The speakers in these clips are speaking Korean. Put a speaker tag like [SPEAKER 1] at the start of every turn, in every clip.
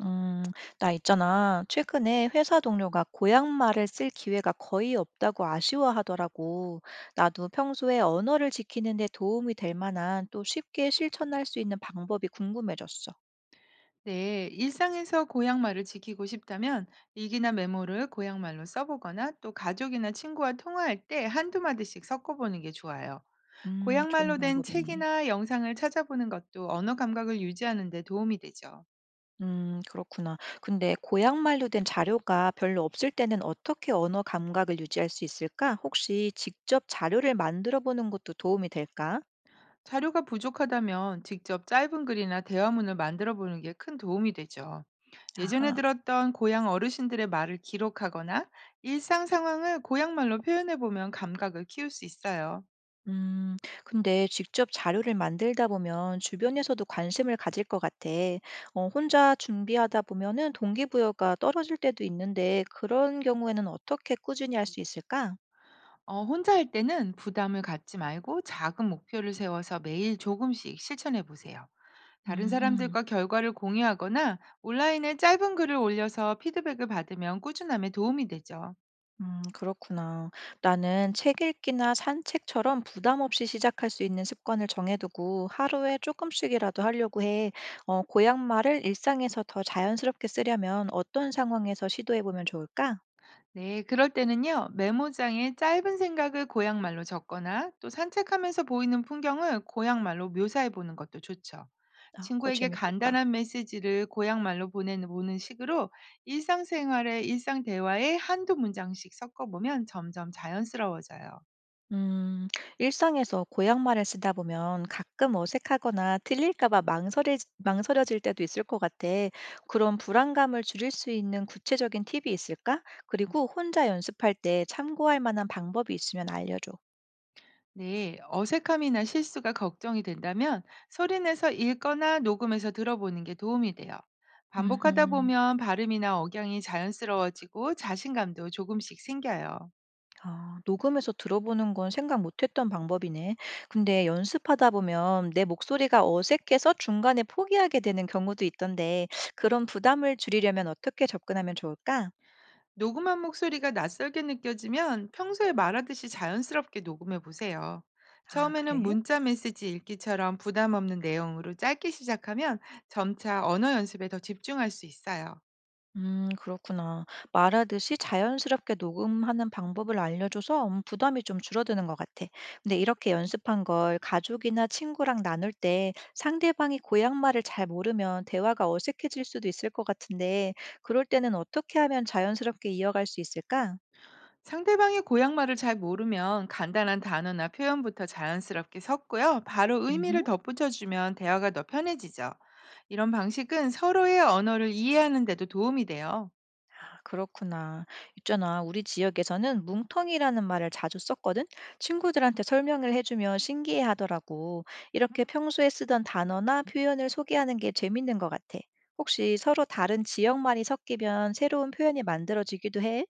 [SPEAKER 1] 음, 나 있잖아. 최근에 회사 동료가 고향말을 쓸 기회가 거의 없다고 아쉬워하더라고. 나도 평소에 언어를 지키는 데 도움이 될 만한 또 쉽게 실천할 수 있는 방법이 궁금해졌어.
[SPEAKER 2] 네, 일상에서 고향말을 지키고 싶다면 일기나 메모를 고향말로 써보거나 또 가족이나 친구와 통화할 때 한두 마디씩 섞어보는 게 좋아요.
[SPEAKER 1] 좋은
[SPEAKER 2] 고향말로 된
[SPEAKER 1] 방법이네.
[SPEAKER 2] 책이나 영상을 찾아보는 것도 언어 감각을 유지하는 데 도움이 되죠.
[SPEAKER 1] 그렇구나. 근데 고향말로 된 자료가 별로 없을 때는 어떻게 언어 감각을 유지할 수 있을까? 혹시 직접 자료를 만들어 보는 것도 도움이 될까?
[SPEAKER 2] 자료가 부족하다면 직접 짧은 글이나 대화문을 만들어 보는 게 큰 도움이 되죠. 예전에
[SPEAKER 1] 아하.
[SPEAKER 2] 들었던 고향 어르신들의 말을 기록하거나 일상 상황을 고향말로 표현해 보면 감각을 키울 수 있어요.
[SPEAKER 1] 음, 근데 직접 자료를 만들다 보면 주변에서도 관심을 가질 것 같아. 혼자 준비하다 보면은 동기부여가 떨어질 때도 있는데 그런 경우에는 어떻게 꾸준히 할 수 있을까?
[SPEAKER 2] 어, 혼자 할 때는 부담을 갖지 말고 작은 목표를 세워서 매일 조금씩 실천해 보세요. 다른
[SPEAKER 1] 음,
[SPEAKER 2] 사람들과 결과를 공유하거나 온라인에 짧은 글을 올려서 피드백을 받으면 꾸준함에 도움이 되죠.
[SPEAKER 1] 그렇구나. 나는 책 읽기나 산책처럼 부담 없이 시작할 수 있는 습관을 정해두고 하루에 조금씩이라도 하려고 해. 고향 말을 일상에서 더 자연스럽게 쓰려면 어떤 상황에서 시도해 보면 좋을까?
[SPEAKER 2] 네, 그럴 때는요, 메모장에 짧은 생각을 고향말로 적거나 또 산책하면서 보이는 풍경을 고향말로 묘사해 보는 것도 좋죠.
[SPEAKER 1] 아, 그거
[SPEAKER 2] 친구에게
[SPEAKER 1] 재밌겠다.
[SPEAKER 2] 간단한 메시지를 고향말로 보내보는 식으로 일상생활의 일상 대화에 한두 문장씩 섞어보면 점점 자연스러워져요.
[SPEAKER 1] 음, 일상에서 고향 말을 쓰다 보면 가끔 어색하거나 틀릴까 봐 망설여질 때도 있을 것 같아. 그런 불안감을 줄일 수 있는 구체적인 팁이 있을까? 그리고 혼자 연습할 때 참고할 만한 방법이 있으면 알려줘.
[SPEAKER 2] 네, 어색함이나 실수가 걱정이 된다면 소리내서 읽거나 녹음해서 들어보는 게 도움이 돼요. 반복하다
[SPEAKER 1] 음,
[SPEAKER 2] 보면 발음이나 억양이 자연스러워지고 자신감도 조금씩 생겨요.
[SPEAKER 1] 아, 녹음해서 들어보는 건 생각 못했던 방법이네. 근데 연습하다 보면 내 목소리가 어색해서 중간에 포기하게 되는 경우도 있던데, 그런 부담을 줄이려면 어떻게 접근하면 좋을까?
[SPEAKER 2] 녹음한 목소리가 낯설게 느껴지면 평소에 말하듯이 자연스럽게 녹음해 보세요.
[SPEAKER 1] 아,
[SPEAKER 2] 처음에는
[SPEAKER 1] 그래?
[SPEAKER 2] 문자 메시지 읽기처럼 부담 없는 내용으로 짧게 시작하면 점차 언어 연습에 더 집중할 수 있어요.
[SPEAKER 1] 그렇구나. 말하듯이 자연스럽게 녹음하는 방법을 알려줘서 부담이 좀 줄어드는 것 같아. 근데 이렇게 연습한 걸 가족이나 친구랑 나눌 때 상대방이 고향 말을 잘 모르면 대화가 어색해질 수도 있을 것 같은데, 그럴 때는 어떻게 하면 자연스럽게 이어갈 수 있을까?
[SPEAKER 2] 상대방의 고향말을 잘 모르면 간단한 단어나 표현부터 자연스럽게 섞고요. 바로 의미를 덧붙여주면 대화가 더 편해지죠. 이런 방식은 서로의 언어를 이해하는 데도 도움이 돼요.
[SPEAKER 1] 아, 그렇구나. 있잖아. 우리 지역에서는 뭉텅이라는 말을 자주 썼거든. 친구들한테 설명을 해주면 신기해 하더라고. 이렇게 평소에 쓰던 단어나 표현을 소개하는 게 재밌는 것 같아. 혹시 서로 다른 지역말이 섞이면 새로운 표현이 만들어지기도 해?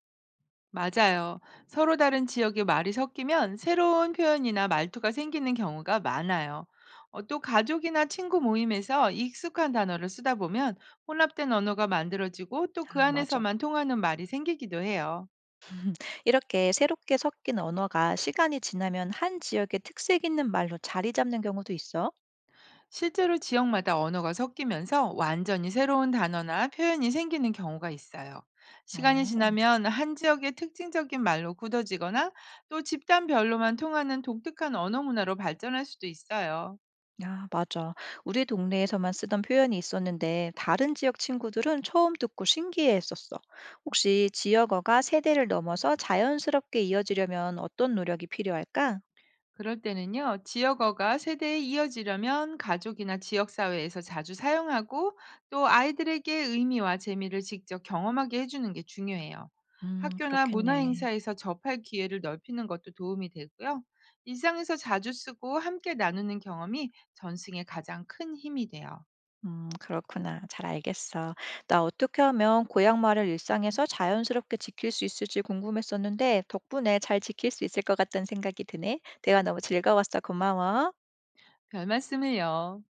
[SPEAKER 2] 맞아요. 서로 다른 지역의 말이 섞이면 새로운 표현이나 말투가 생기는 경우가 많아요. 어, 또 가족이나 친구 모임에서 익숙한 단어를 쓰다 보면 혼합된 언어가 만들어지고 또 그
[SPEAKER 1] 아, 맞아.
[SPEAKER 2] 안에서만 통하는 말이 생기기도 해요.
[SPEAKER 1] 이렇게 새롭게 섞인 언어가 시간이 지나면 한 지역의 특색 있는 말로 자리 잡는 경우도 있어.
[SPEAKER 2] 실제로 지역마다 언어가 섞이면서 완전히 새로운 단어나 표현이 생기는 경우가 있어요. 시간이
[SPEAKER 1] 어.
[SPEAKER 2] 지나면 한 지역의 특징적인 말로 굳어지거나 또 집단별로만 통하는 독특한 언어 문화로 발전할 수도 있어요.
[SPEAKER 1] 아, 맞아. 우리 동네에서만 쓰던 표현이 있었는데 다른 지역 친구들은 처음 듣고 신기해했었어. 혹시 지역어가 세대를 넘어서 자연스럽게 이어지려면 어떤 노력이 필요할까?
[SPEAKER 2] 그럴 때는요, 지역어가 세대에 이어지려면 가족이나 지역사회에서 자주 사용하고 또 아이들에게 의미와 재미를 직접 경험하게 해주는 게 중요해요. 학교나
[SPEAKER 1] 그렇겠네.
[SPEAKER 2] 문화행사에서 접할 기회를 넓히는 것도 도움이 되고요. 일상에서 자주 쓰고 함께 나누는 경험이 전승에 가장 큰 힘이 돼요.
[SPEAKER 1] 그렇구나. 잘 알겠어. 나 어떻게 하면 고향 말을 일상에서 자연스럽게 지킬 수 있을지 궁금했었는데 덕분에 잘 지킬 수 있을 것 같다는 생각이 드네. 대화 너무 즐거웠어. 고마워.
[SPEAKER 2] 별 말씀을요.